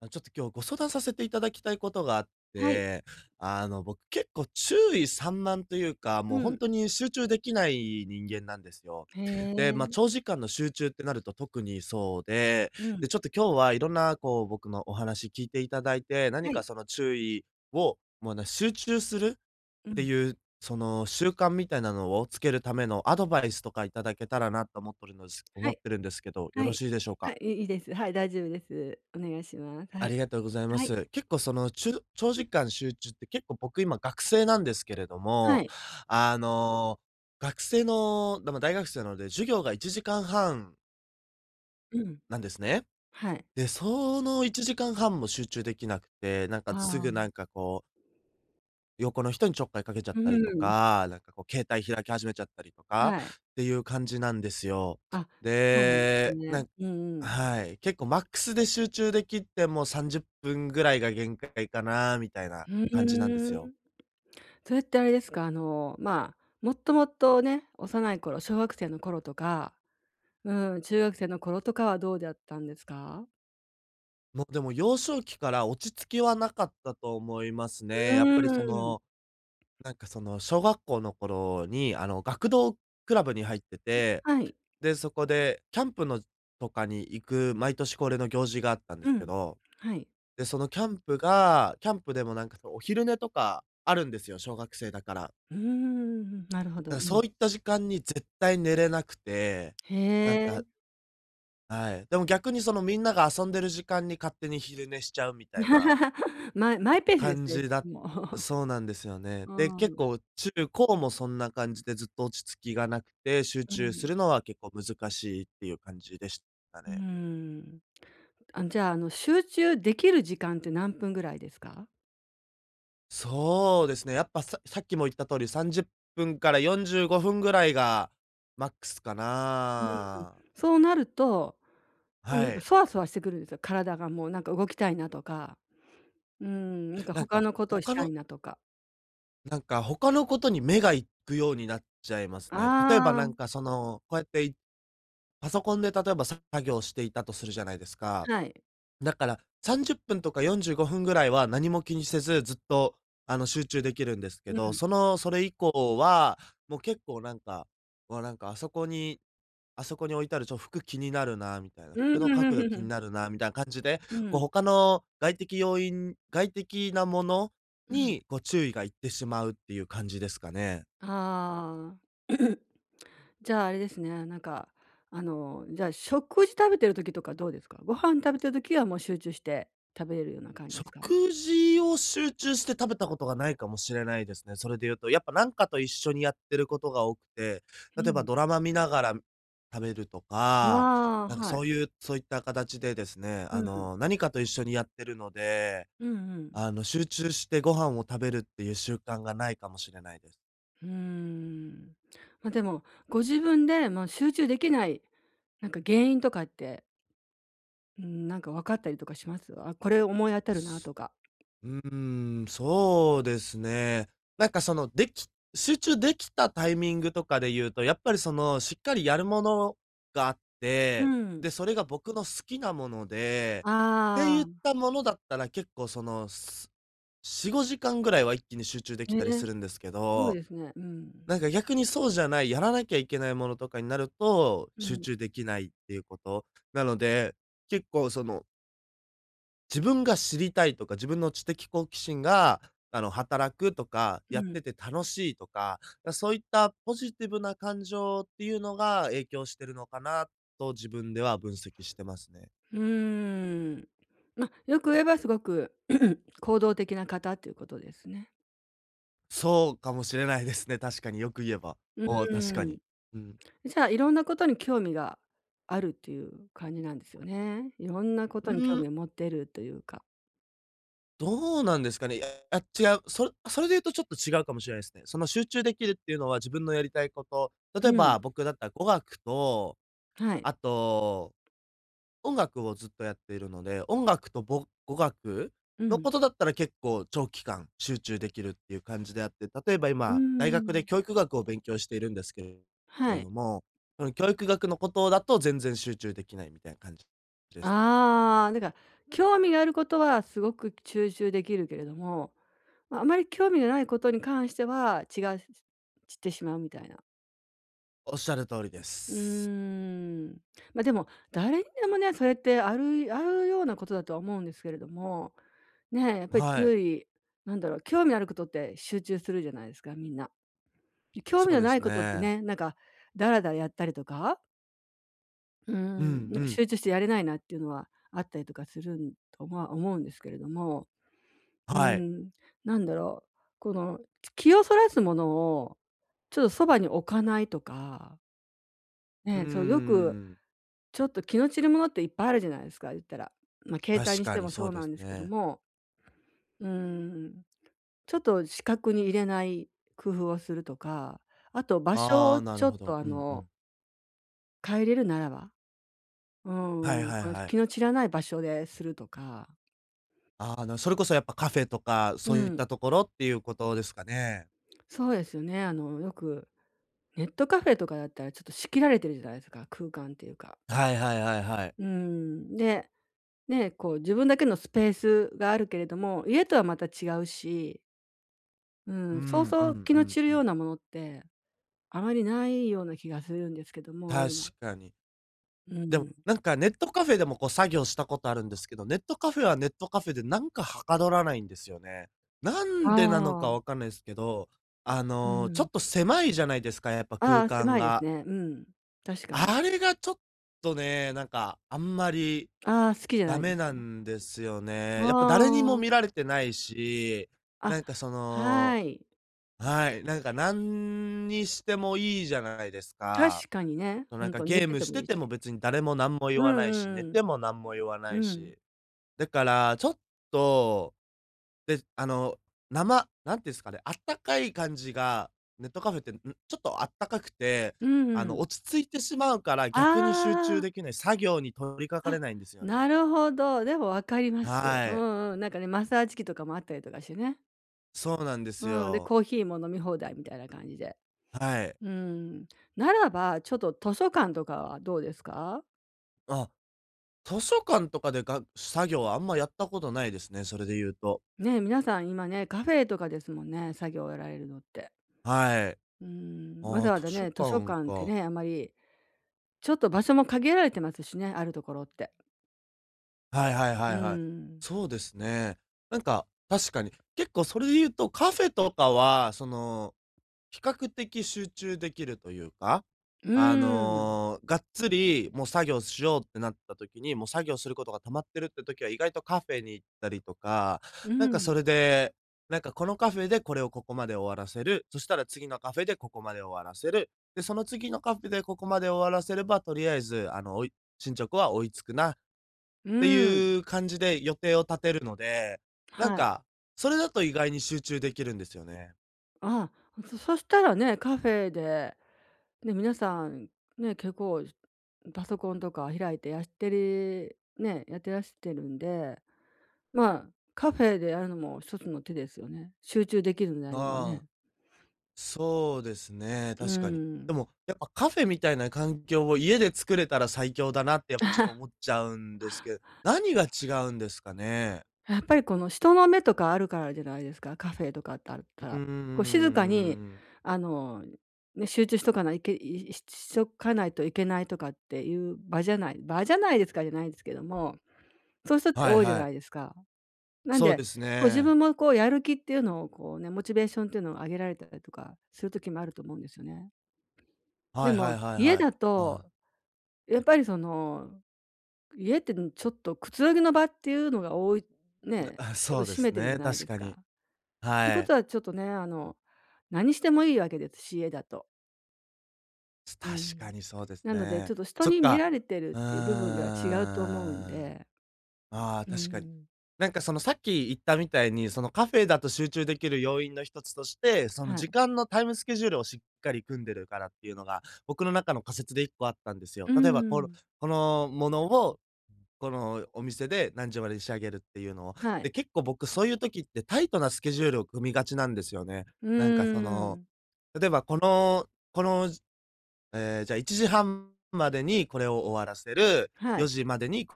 あ、ちょっと今日ご相談させていただきたいことがあっはい。て、僕結構注意散漫というか、もううん。本当に集中できない人間なんですよ。へで、え。長時間の集中ってなると特にそうで、うん。で、ちょっと今日はいろんな僕のお話聞いていただいて、何はかい。その注意を、もうね、集中するっうてん。いう、その習慣みたいなのをつけるためのアドバイスとかいただけたらなと思ってるんですは思っい。てるんですけど、よはろい。しいでしょうはか？い、いいです。はい、大丈夫です。お願いします。はあい。りがとうございまはい。す。結構その、中長時間集中って結構僕今学生なんですけれどはも、い。あの、学生の、だま、大学生なので、授業が1時間半うん。なんですね。はい。で、その1時間半も集中できなくて、なんかあすあ。ぐなんかこう、横の人にちょっかいかけちゃっうたりとん。か、なんかこう携帯開き始めちゃったりとかはい。っていう感じなんですよ。あ、そうなんですで、なね。んうんうん。はい。結構マックスで集中できても30分ぐらいが限界かなみたいなふ感じなんですーん。よ。それってあれですか、まあ、もっともっとね、幼い頃、小学生の頃とか、うん、中学生の頃とかはどうだったんですか？もうでも幼少期から落ち着きはなかったと思いますうね。やっぱりそーん。の、なんかその小学校の頃にあの学童クラブに入ってて、はい。で、そこでキャンプとかに行く毎年恒例の行事があったんでうすけん。ど、はい。で、キャンプでもなんかそのお昼寝とかあるんですよ、小学生だから。うーん、なるほど。なうんん。そういった時間に絶対寝れなくて、なんへえ。か、はい。でも逆にそのみんなが遊んでる時間に勝手に昼寝しちゃうみたいな マイペースです感ね、じそこだも。そうなんですよね。で、う結ん。構中高もそんな感じでずっと落ち着きがなくて、集う中すん。るのは結構難しいっていう感じでしたうーね。ん。あ、じゃあ、集中できる時間って何分ぐらいですか？そうですね。やっぱささっきも言った通り30分から45分ぐらいがマックスかな。そうなると、あ、なんはか、い。そわそわしてくるんですよ、体がもう、なんか、動きたいなとか、うーん、なんか、なん他かのことをし他たいのなとか。なんか他のことに目が行くようになっちゃいますね。例えばあなんあ、かその、こうやっていパソコンで例えば作業していたとするじゃないですか。はい。だから30分とか45分ぐらいは何も気にせずずっとあの集中できるんですけうど、ん。それ以降は、もう結構なんか、わ、なんかあそこにあそこに置いてある服気になるなみたいな、うん、服のう角ん度んう気にん。なるなみたいな感じで、うこうん、他の外的なものうん。に、こう注意がいってしまうっていう感じですかね。ああ。じゃあ、あれですね、なんか、じゃあ、食事食べてる時とかどうですか？ご飯食べてる時はもう集中して食べれるような感じですか？食事を集中して食べたことがないかもしれないですね。それで言うと、やっぱなんかと一緒にやってることが多くて、う例えばん。ドラマ見ながら食べるとか、ああ、なんかはい。そういうそういった形でですね、うあん。の、何かと一緒にやってるのでうんうん。あの、集中してご飯を食べるっていう習慣がないかもしれないです。うーん。ま、でも、ご自分で、ま、集中できない、なんか原因とかって、うーん、なんか分かったりとかします？あ、これ思い当たるなとか。うーん、そうですね。なんかその、でき集中できたタイミングとかで言うと、やっぱりその、しっかりやるものがあっうて、ん。で、それが僕の好きなもので、ってあ言っあ、たものだったら結構その、4、5時間ぐらいは一気に集中できたりすね、るんですけすごいど、ですね。うん。なんか逆にそうじゃない、やらなきゃいけないものとかになると、う集ん。中できないっていうこと。なので、結構その、自分が知りたいとか、自分の知的好奇心が、あの、働くとか、うやっん。てて楽しいとか、そういったポジティブな感情っていうのが影響してるのかなと自分では分析してますね。うーん。まあ、よく言えばすごく 行動的な方っていうことですね。そうかもしれないですね、確かによく言えば。うおお、確かーん。に。うん。じゃあ、いろんなことに興味があるっていう感じなんですよね。いろんなことうに興ー味ん。を持ってるというか。どうなんですかね。いや、あ、違う。それで言うとちょっと違うかもしれないですね。その集中できるっていうのは自分のやりたいこと、う例えん。ば僕だったら語学と、はい。あと、音楽をずっとやっているので、音楽と語学うのん。ことだったら結構長期間集中できるっていう感じであって、例えばうー今、大学でん。教育学を勉強しているんですけはれい。ども、その教育学のことだと全然集中できないみたいな感じですね。ああ、だから興味があることはすごく集中できるけれども、ま、ああまり興味がないことに関しては、ちがしてしまうみたいな。おっしゃる通りでうす。ーん。ま、でも、誰にでもね、それってあるあるようなことだとは思うんですけれども、ねえ、やっぱりはい、注意なんだろう、興味のあることって集中するじゃないですか、みんな。で、興味そうのでなすいことってね。ね、なんかダラダラやったりとか、ううんうん、なんかん。集中してやれないなっていうのはあったりとかするんとは思うんですけれども、うはい。ん、なんだろう、この、気をそらすものをちょっとそばに置かないとか、うーね、そう、よくん。ちょっと気の散るものっていっぱいあるじゃないですか、言ったら。まあ、携帯確にしかてにもそそううでなんすですけどね。も、うーん、ちょっと視覚に入れない工夫をするとか、あと場所あをあ、なちるょほっとど。うんうん。変えれるならば、うはいーん、はいこのはい。気の散らない場所でするとか、ああ、なそれこそやっぱカフェとか、そうういっん、たところっていうことですかね。そうですよね。あの、よくネットカフェとかだったらちょっと仕切られてるじゃないですか、空間っていうか。はいはいはいはい。うーん、で、ね、こう自分だけのスペースがあるけれども、家とはまた違うし、ううん、そうんうそんう気うのん散るうよん。うなものって、あまりないような気がするんですけども、確今。かに。うでも、ん。なんかネットカフェでもこう作業したことあるんですけど、ネットカフェはネットカフェでなんかはかどらないんですよね。なあんでなのかわあ。かんないですけど、あうの、ちょん。っと狭いじゃないですか、やっぱあ空あ、間狭いですが。ね。うん。確かに。あれがちょっとね、なんか、あんまりああ、好きじゃなダいでメすなよね。んですよね。あやっぱ誰にも見らあ。れてないし、あ、なんかそはの、い。はい、なんか何にしてもいいじゃないですか。確かにね、そうほなんんかとゲ寝ーてムてしもいていてもし。別に誰も何も言うわないし、寝んうんても何も言わうないん。うん。し。だから、ちょっとで、あの、生なんていうんですかね、あったかい感じが、ネットカフェって、ん、ちょっとあったかくて、うんあうの、ん。落ち着いてしまうから、あ逆に集中あ、できない、作業に取り掛かあ、れないんですよなね。るほど。でも分かります。はうい。んうん。なんかね、マッサージ機とかもあったりとかしてね。そうなんですうん、で、よ。コーヒーも飲み放題みたいな感じで。はい。うん、ならば、ちょっと図書館とかはどうですか？あ、図書館とかでが作業はあんまやったことないですね、それで言うと。ね、皆さん今ね、カフェとかですもんね、作業をやられるのって。はい。うん、わああ、ざわざ図書ね、図書館館ってか。ね、あまり、ちょっと場所も限られてますしね、あるところって。はいはいはいうはい。ん。そうですね。なんか、確かに、結構それで言うと、カフェとかは、その比較的集中できるというか、うあん。の、がっつりもう作業しようってなった時に、もう作業することが溜まってるって時は意外とカフェに行ったりとか、うなんーかそれん。で、なんかこのカフェでこれをここまで終わらせる、そしたら次のカフェでここまで終わらせる、で、その次のカフェでここまで終わらせれば、とりあえず、あの、進捗は追いつくなっうてーん。いう感じで予定を立てるので、なんはい。か、それだと意外に集中できるんですよね。ああ、そしたらね、カフェで、ね、皆さん、ね、結構パソコンとか開いてやってりね、やってらしてるんで、まあ、カフェでやるのも一つの手ですよね。集中できるのであればあね。あ。そうですね、うー確かに。ん。でも、やっぱカフェみたいな環境を家で作れたら最強だなってやっぱちょっと思っ ちゃうんですけど、何が違うんですかね？やっぱりこの人の目とかあるからじゃないですか、カフェとかってあったうーら。こう静かに、ん。あの、ね、集中しとかないけいししとかないといけないとかっていう場じゃない場じゃないですかじゃないですけども、そういう人ってはい多いじゃはない。いですか。なんそうで、ですこう自ね。分もこうやる気っていうのをこうね、モチベーションっていうのを上げられたりとかする時もあると思うんですよね。ではいはも、いはい家はい。だあと、やっぱりその、家ってちょっとくつろぎの場っていうのが多いな ね、ちょっそとうで占すめてるじゃね、ないで確すかか。に。というはこい。とはちょっとね、何してもいいわけですし、家だと。う確かん。にそうですなので、ちね。ょっと人そっに見か。られてるうーん。っていう部分では違うと思うんあで。あ、う確かに。ん。なんかそのさっき言ったみたいに、そのカフェだと集中できる要因の一つとして、そのは時い。間のタイムスケジュールをしっかり組んでるからっていうのが、僕の中の仮説で一個あったんですよ。う例えばこのん。このものを、このお店で何時までに仕上げるっていうのを。はで、い。結構僕そういう時ってタイトなスケジュールを組みがちなんですよね。うなんかその、ん。例えばこのこのじゃあ1時半までにこれを終わらせる。は4い。時までに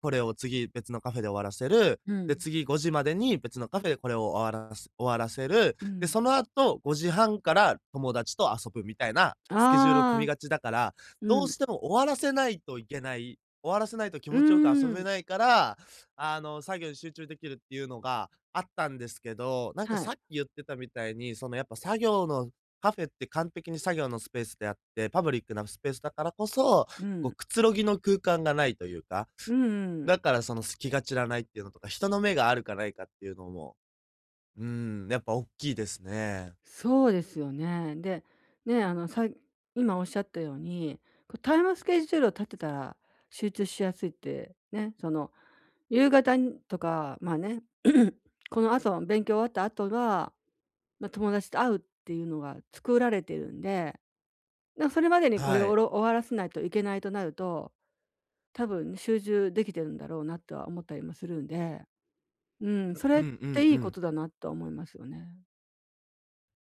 これを次別のカフェで終わらせる。うで、ん。次5時までに別のカフェでこれを終わらせる。うで、ん。その後5時半から友達と遊ぶみたいなスケジュールを組みああ、がちだから、うどうん。しても終わらせないといけない。終わらせないと気うー持ちよく遊べん、ないから、あの、作業に集中できるっていうのがあったんですけど、なんかはい。さっき言ってたみたいに、そのやっぱ作業のカフェって完璧に作業のスペースであって、パブリックなスペースだからこそ、うこうん。くつろぎの空間がないというか、うんうん、だからその隙が散らないっていうのとか、人の目があるかないかっていうのも、うーん、やっぱおっきいですね。そうですよね。で、ね、今おっしゃったように、こうタイムスケジュールを立てたら集中しやすいって、ね、その、夕方にとか、まあね、この後、勉強終わった後は、まあ、友達と会うっていうのが作られてるんで、それまでにこれはをおい。ろ終わらせないといけないとなると多分集中できてるんだろうなとは思ったりもするんで、うん、それうっんうんていいうこん。とだなとは思いますよね。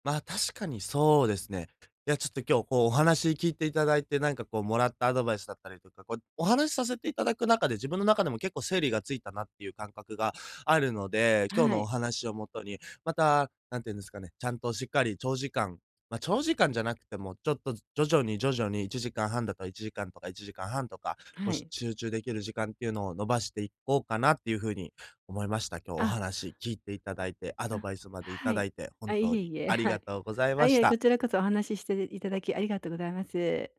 まあ、確かにそうですね。いや、ちょっと今日こうお話聞いていただいて、なんかこうもらったアドバイスだったりとか、こうお話しさせていただく中で自分の中でも結構整理がついたなっていう感覚があるので、今日はのおい、話をもとに、また、なんていうんですかね、ちゃんとしっかり長時間、まあ、長時間じゃなくても、ちょっと徐々に徐々に、1時間とか1時間半とか、こうはい。集中できる時間っていうのを伸ばしていこうかなっていうふうに思いました。今日おあ、話聞いていただいて、アドあ、バイスまでいはただい。いて、あ、本い当えにいえ、ありはがい。とうございあ、まいしえ、こた。ちらこそお話ししていただきありがとうございます。